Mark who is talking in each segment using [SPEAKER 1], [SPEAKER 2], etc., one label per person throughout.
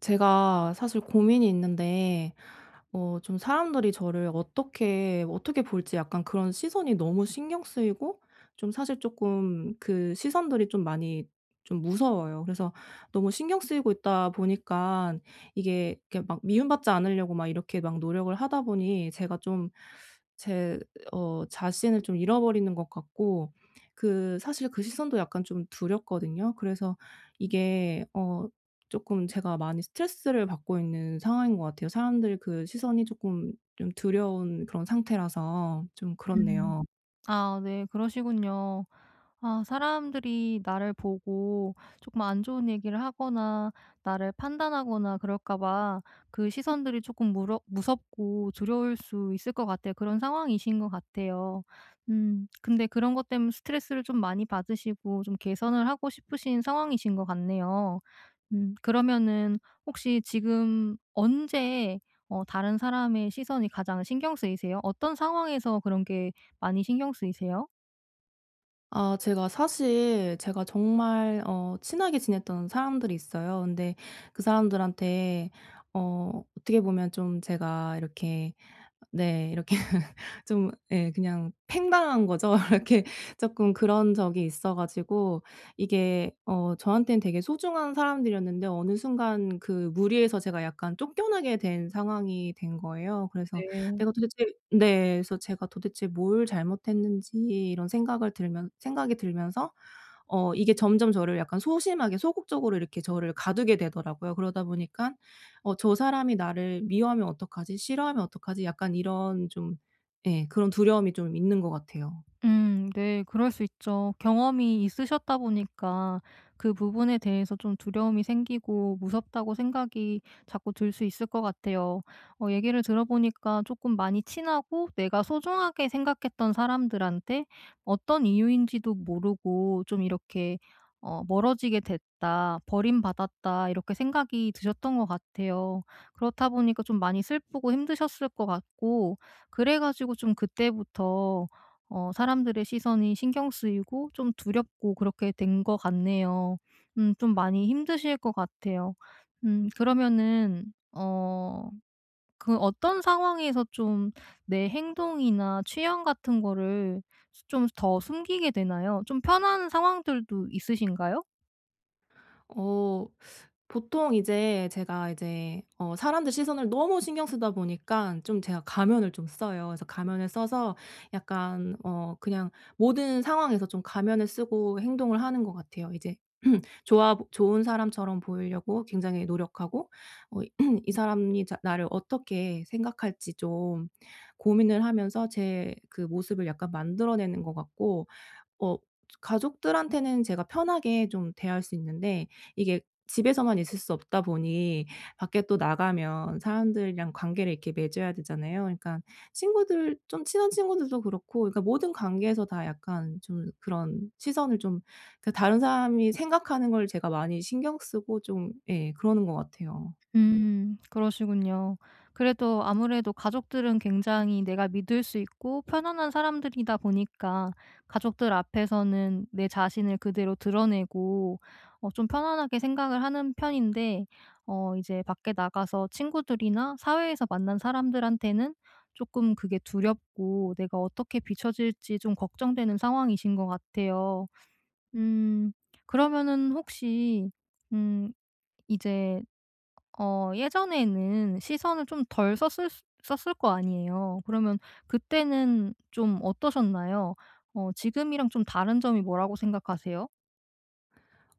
[SPEAKER 1] 제가 사실 고민이 있는데, 좀 사람들이 저를 어떻게 볼지 약간 그런 시선이 너무 신경 쓰이고 좀 사실 조금 그 시선들이 좀 많이 좀 무서워요. 그래서 너무 신경 쓰이고 있다 보니까 이게 이렇게 막 미움받지 않으려고 막 이렇게 막 노력을 하다 보니 제가 좀, 제 자신을 좀 잃어버리는 것 같고, 그 사실 그 시선도 약간 좀 두렵거든요. 그래서 이게 조금 제가 많이 스트레스를 받고 있는 상황인 것 같아요. 사람들 그 시선이 조금 좀 두려운 그런 상태라서 좀
[SPEAKER 2] 음.
[SPEAKER 1] 그렇네요.
[SPEAKER 2] 아 네. 그러시군요. 아 사람들이 나를 보고 조금 안 좋은 얘기를 하거나 나를 판단하거나 그럴까 봐 그 시선들이 조금 무러 무섭고 두려울 수 있을 것 같아요. 그런 상황이신 것 같아요. 근데 그런 것 때문에 스트레스를 좀 많이 받으시고 좀 개선을 하고 싶으신 상황이신 것 같네요. 그러면은 혹시 지금 언제 다른 사람의 시선이 가장 신경 쓰이세요? 어떤 상황에서 그런 게 많이 신경 쓰이세요?
[SPEAKER 1] 아, 제가 사실 제가 정말 친하게 지냈던 사람들이 있어요. 근데 그 사람들한테 어떻게 보면 좀 제가 이렇게, 네. 이렇게 좀, 예, 그냥 팽당한 거죠. 이렇게 조금 그런 적이 있어 가지고. 이게 저한테는 되게 소중한 사람들이었는데 어느 순간 그 무리에서 제가 약간 쫓겨나게 된 상황이 된 거예요. 그래서 내가 도대체, 네. 그래서 제가 도대체 뭘 잘못했는지 이런 생각을 들면 생각이 들면서 이게 점점 저를 약간 소심하게 소극적으로 이렇게 저를 가두게 되더라고요. 그러다 보니까 '어 저 사람이 나를 미워하면 어떡하지? 싫어하면 어떡하지?' 약간 이런, 좀, 예, 그런 두려움이 좀 있는 것 같아요.
[SPEAKER 2] 네. 그럴 수 있죠. 경험이 있으셨다 보니까 그 부분에 대해서 좀 두려움이 생기고 무섭다고 생각이 자꾸 들 수 있을 것 같아요. 얘기를 들어보니까 조금 많이 친하고 내가 소중하게 생각했던 사람들한테 어떤 이유인지도 모르고 좀 이렇게 '멀어지게 됐다. 버림받았다.' 이렇게 생각이 드셨던 것 같아요. 그렇다 보니까 좀 많이 슬프고 힘드셨을 것 같고, 그래 가지고 좀 그때부터 사람들의 시선이 신경 쓰이고 좀 두렵고 그렇게 된 것 같네요. 좀 많이 힘드실 것 같아요. 그러면은 어 그 어떤 상황에서 좀 내 행동이나 취향 같은 거를 좀 더 숨기게 되나요? 좀 편한 상황들도 있으신가요?
[SPEAKER 1] 어 보통 이제 제가 이제 사람들 시선을 너무 신경 쓰다 보니까 좀 제가 가면을 좀 써요. 그래서 가면을 써서 약간 그냥 모든 상황에서 좀 가면을 쓰고 행동을 하는 것 같아요. 이제 좋아 좋은 사람처럼 보이려고 굉장히 노력하고 어 이 사람이 자 나를 어떻게 생각할지 좀 고민을 하면서 제 그 모습을 약간 만들어내는 것 같고, 어 가족들한테는 제가 편하게 좀 대할 수 있는데 이게 집에서만 있을 수 없다 보니 밖에 또 나가면 사람들이랑 관계를 이렇게 맺어야 되잖아요. 그러니까 친구들, 좀 친한 친구들도 그렇고, 그러니까 모든 관계에서 다 약간 좀 그런 시선을 좀, 그 다른 사람이 생각하는 걸 제가 많이 신경 쓰고 좀, 예, 그러는 것 같아요.
[SPEAKER 2] 그러시군요. 그래도 아무래도 가족들은 굉장히 내가 믿을 수 있고 편안한 사람들이다 보니까 가족들 앞에서는 내 자신을 그대로 드러내고 좀 편안하게 생각을 하는 편인데, 이제 밖에 나가서 친구들이나 사회에서 만난 사람들한테는 조금 그게 두렵고 내가 어떻게 비춰질지 좀 걱정되는 상황이신 것 같아요. 음 그러면은 혹시 음 이제 예전에는 시선을 좀 덜 썼을 거 아니에요. 그러면 그때는 좀 어떠셨나요? 지금이랑 좀 다른 점이 뭐라고 생각하세요?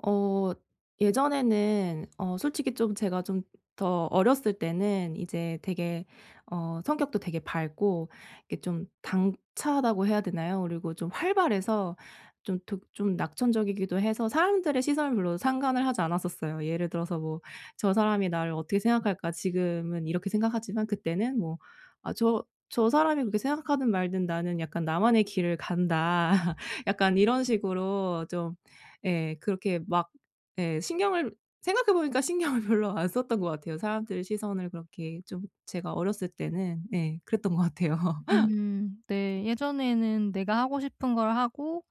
[SPEAKER 1] 어 예전에는 솔직히 좀 제가 좀 더 어렸을 때는 이제 되게 성격도 되게 밝고, 이게 좀 당차다고 해야 되나요? 그리고 좀 활발해서 좀 득 좀 낙천적이기도 해서 사람들의 시선을 별로 상관을 하지 않았었어요. 예를 들어서 뭐, '저 사람이 나를 어떻게 생각할까?' 지금은 이렇게 생각하지만, 그때는 뭐, '아, 저 사람이 그렇게 생각하든 말든 나는 약간 나만의 길을 간다.' 약간 이런 식으로 좀. 예. 그렇게 막, 예, 신경을 생각해 보니까 신경을 별로 안 썼던 것 같아요. 사람들의 시선을 그렇게, 좀 제가 어렸을 때는, 예, 그랬던 것 같아요.
[SPEAKER 2] 네. 예전에는 내가 하고 싶은 걸 하고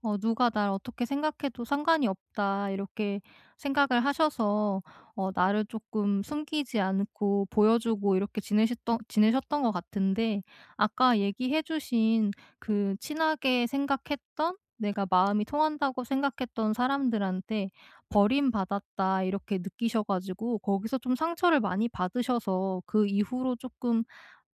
[SPEAKER 2] '누가 날 어떻게 생각해도 상관이 없다.' 이렇게 생각을 하셔서 나를 조금 숨기지 않고 보여주고 이렇게 지내셨던 것 같은데, 아까 얘기해 주신 그 친하게 생각했던 내가 마음이 통한다고 생각했던 사람들한테 '버림받았다.' 이렇게 느끼셔 가지고 거기서 좀 상처를 많이 받으셔서, 그 이후로 조금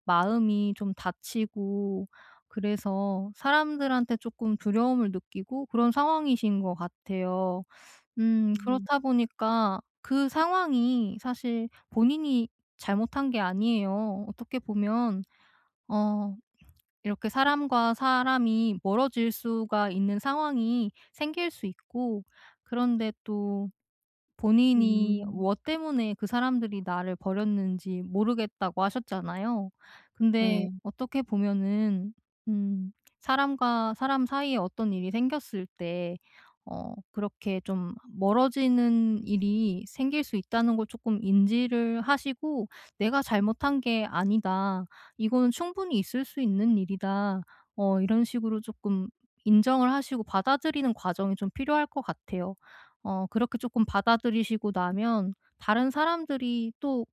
[SPEAKER 2] 마음이 좀 다치고 그래서 사람들한테 조금 두려움을 느끼고 그런 상황이신 것 같아요.
[SPEAKER 1] 음.
[SPEAKER 2] 그렇다 보니까 그 상황이 사실 본인이 잘못한 게 아니에요. 어떻게 보면 어 이렇게 사람과 사람이 멀어질 수가 있는 상황이 생길 수 있고, 그런데 또 본인이
[SPEAKER 1] 음.
[SPEAKER 2] 뭐 때문에 그 사람들이 나를 버렸는지 모르겠다고 하셨잖아요. 근데
[SPEAKER 1] 네.
[SPEAKER 2] 어떻게 보면은 음 사람과 사람 사이에 어떤 일이 생겼을 때 그렇게 좀 멀어지는 일이 생길 수 있다는 걸 조금 인지를 하시고 '내가 잘못한 게 아니다. 이거는 충분히 있을 수 있는 일이다.' 이런 식으로 조금 인정을 하시고 받아들이는 과정이 좀 필요할 것 같아요. 그렇게 조금 받아들이시고 나면 다른 사람들이 또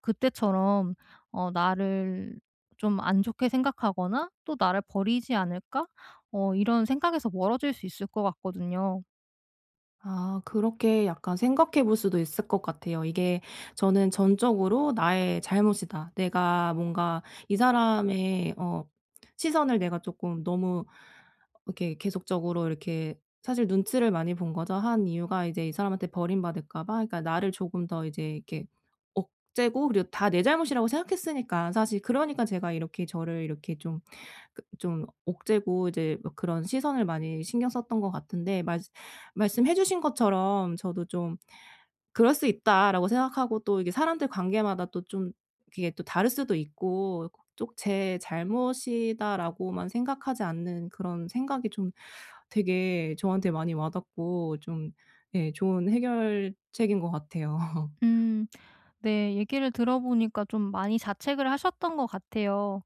[SPEAKER 2] 그때처럼 '나를 좀 안 좋게 생각하거나 또 나를 버리지 않을까?' 이런 생각에서 멀어질 수 있을 것 같거든요.
[SPEAKER 1] 아, 그렇게 약간 생각해 볼 수도 있을 것 같아요. 이게 저는 전적으로 '나의 잘못이다. 내가 뭔가 이 사람의 시선을 내가 조금 너무 이렇게 계속적으로 이렇게 사실 눈치를 많이 본 거죠. 한 이유가 이제 이 사람한테 버림받을까 봐. 그러니까 나를 조금 더 이제 이렇게 억제고 그리고 다 내 잘못이라고 생각했으니까 사실, 그러니까 제가 이렇게 저를 이렇게 좀 그 좀 억제고 이제 뭐 그런 시선을 많이 신경 썼던 것 같은데, 말 말씀해 주신 것처럼 저도 좀, '그럴 수 있다.'라고 생각하고 또 이게 사람들 관계마다 또 좀 그게 또 다를 수도 있고 꼭, '꼭 제 잘못이다.'라고만 생각하지 않는 그런 생각이 좀 되게 저한테 많이 와 닿고 좀, 예, 좋은 해결책인 것 같아요.
[SPEAKER 2] 음. 네. 얘기를 들어보니까 좀 많이 자책을 하셨던 것 같아요.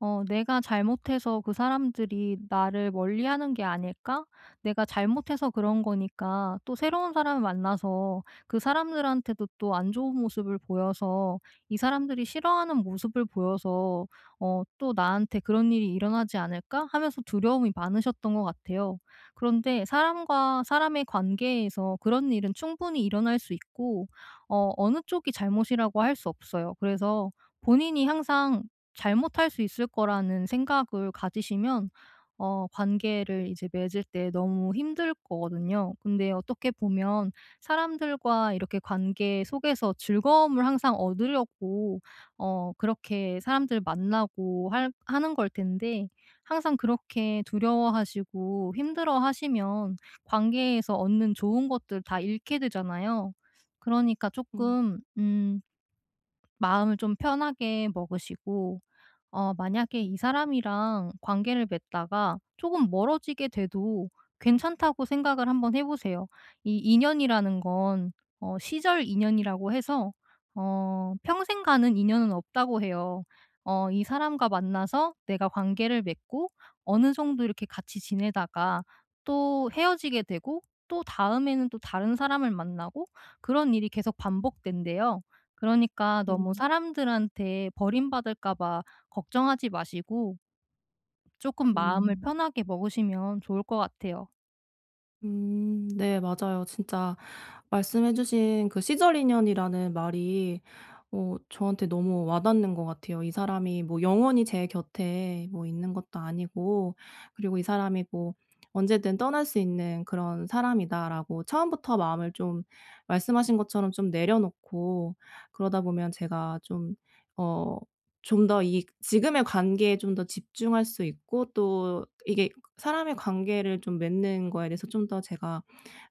[SPEAKER 2] '내가 잘못해서 그 사람들이 나를 멀리하는 게 아닐까? 내가 잘못해서 그런 거니까 또 새로운 사람을 만나서 그 사람들한테도 또 안 좋은 모습을 보여서, 이 사람들이 싫어하는 모습을 보여서 또 나한테 그런 일이 일어나지 않을까?' 하면서 두려움이 많으셨던 것 같아요. 그런데 사람과 사람의 관계에서 그런 일은 충분히 일어날 수 있고, 어느 쪽이 잘못이라고 할 수 없어요. 그래서 본인이 항상 잘못할 수 있을 거라는 생각을 가지시면 관계를 이제 맺을 때 너무 힘들 거거든요. 근데 어떻게 보면 사람들과 이렇게 관계 속에서 즐거움을 항상 얻으려고 그렇게 사람들 만나고 할 하는 걸 텐데, 항상 그렇게 두려워하시고 힘들어하시면 관계에서 얻는 좋은 것들 다 잃게 되잖아요. 그러니까
[SPEAKER 1] 음.
[SPEAKER 2] 조금 마음을 좀 편하게 먹으시고, 만약에 이 사람이랑 관계를 맺다가 조금 멀어지게 돼도 괜찮다고 생각을 한번 해 보세요. 이 인연이라는 건 시절 인연이라고 해서 평생 가는 인연은 없다고 해요. 이 사람과 만나서 내가 관계를 맺고 어느 정도 이렇게 같이 지내다가 또 헤어지게 되고, 또 다음에는 또 다른 사람을 만나고, 그런 일이 계속 반복된대요. 그러니까 너무
[SPEAKER 1] 음.
[SPEAKER 2] 사람들한테 버림받을까 봐 걱정하지 마시고 조금 마음을
[SPEAKER 1] 음.
[SPEAKER 2] 편하게 먹으시면 좋을 것 같아요.
[SPEAKER 1] 음, 네, 맞아요. 진짜 말씀해 주신 그 시절 인연이라는 말이 저한테 너무 와닿는 것 같아요. 이 사람이 뭐 영원히 제 곁에 뭐 있는 것도 아니고, 그리고 이 사람이 뭐 언제든 떠날 수 있는 그런 사람이다라고 처음부터 마음을 좀, 말씀하신 것처럼 좀 내려놓고, 그러다 보면 제가 좀 어 좀 더 이 지금의 관계에 좀 더 집중할 수 있고 또 이게 사람의 관계를 좀 맺는 거에 대해서 좀 더 제가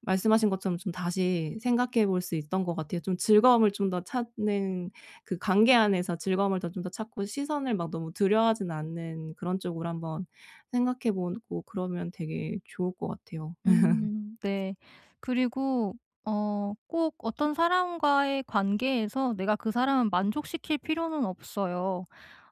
[SPEAKER 1] 말씀하신 것처럼 좀 다시 생각해 볼 수 있던 것 같아요. 좀 즐거움을 좀 더 찾는, 그 관계 안에서 즐거움을 더 좀 더 찾고 시선을 막 너무 들여하진 않는 그런 쪽으로 한번 생각해 보고, 그러면 되게 좋을 것 같아요.
[SPEAKER 2] 네. 그리고 꼭 어떤 사람과의 관계에서 내가 그 사람을 만족시킬 필요는 없어요.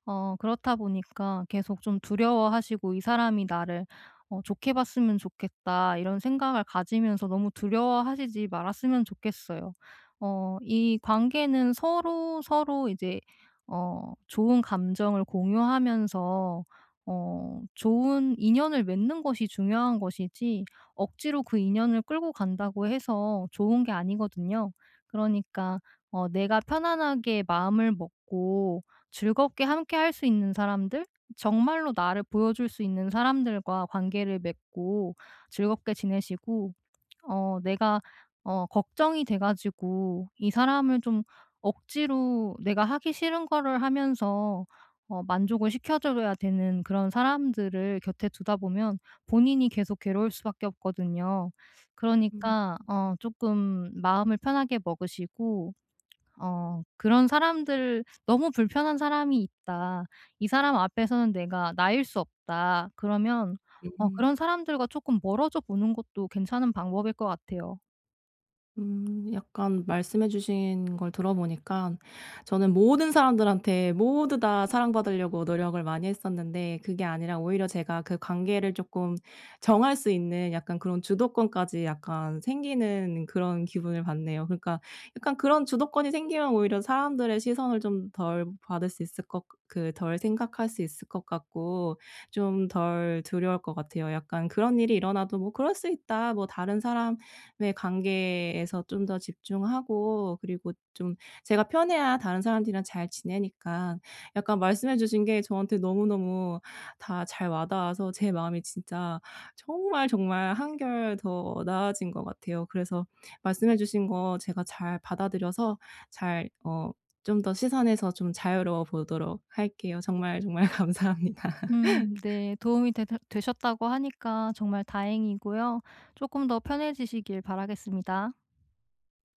[SPEAKER 2] 그렇다 보니까 계속 좀 두려워하시고 '이 사람이 나를 좋게 봤으면 좋겠다.' 이런 생각을 가지면서 너무 두려워하시지 말았으면 좋겠어요. 이 관계는 서로 서로 이제 좋은 감정을 공유하면서 좋은 인연을 맺는 것이 중요한 것이지, 억지로 그 인연을 끌고 간다고 해서 좋은 게 아니거든요. 그러니까 내가 편안하게 마음을 먹고 즐겁게 함께 할 수 있는 사람들, 정말로 나를 보여줄 수 있는 사람들과 관계를 맺고 즐겁게 지내시고, 내가 걱정이 돼 가지고 이 사람을 좀 억지로 내가 하기 싫은 거를 하면서 만족을 시켜 줘야 되는 그런 사람들을 곁에 두다 보면 본인이 계속 괴로울 수밖에 없거든요.
[SPEAKER 1] 음.
[SPEAKER 2] 그러니까 조금 마음을 편하게 먹으시고, 그런 사람들, '너무 불편한 사람이 있다. 이 사람 앞에서는 내가 나일 수 없다.' 그러면
[SPEAKER 1] 음.
[SPEAKER 2] 그런 사람들과 조금 멀어져 보는 것도 괜찮은 방법일 것 같아요.
[SPEAKER 1] 음, 약간 말씀해 주신 걸 들어보니까 저는 모든 사람들한테 모두 다 사랑받으려고 노력을 많이 했었는데 그게 아니라 오히려 제가 그 관계를 조금 정할 수 있는 약간 그런 주도권까지 약간 생기는 그런 기분을 받네요. 그러니까 약간 그런 주도권이 생기면 오히려 사람들의 시선을 좀 덜 받을 수 있을 것, 그 덜 생각할 수 있을 것 같고 좀 덜 두려울 것 같아요. 약간 그런 일이 일어나도 '뭐 그럴 수 있다. 뭐 다른 사람 왜 관계에서 좀 더 집중하고 그리고 좀 제가 편해야 다른 사람들이랑 잘 지내니까 약간 말씀해 주신 게 저한테 너무너무 다 잘 와 닿아서 제 마음이 진짜 정말 정말 한결 더 나아진 것 같아요. 그래서 말씀해 주신 거 제가 잘 받아들여서 잘 좀 더 시선에서 좀 자유로워 보도록 할게요. 정말 정말 감사합니다.
[SPEAKER 2] 네. 도움이 되셨다고 하니까 정말 다행이고요. 조금 더 편해지시길 바라겠습니다.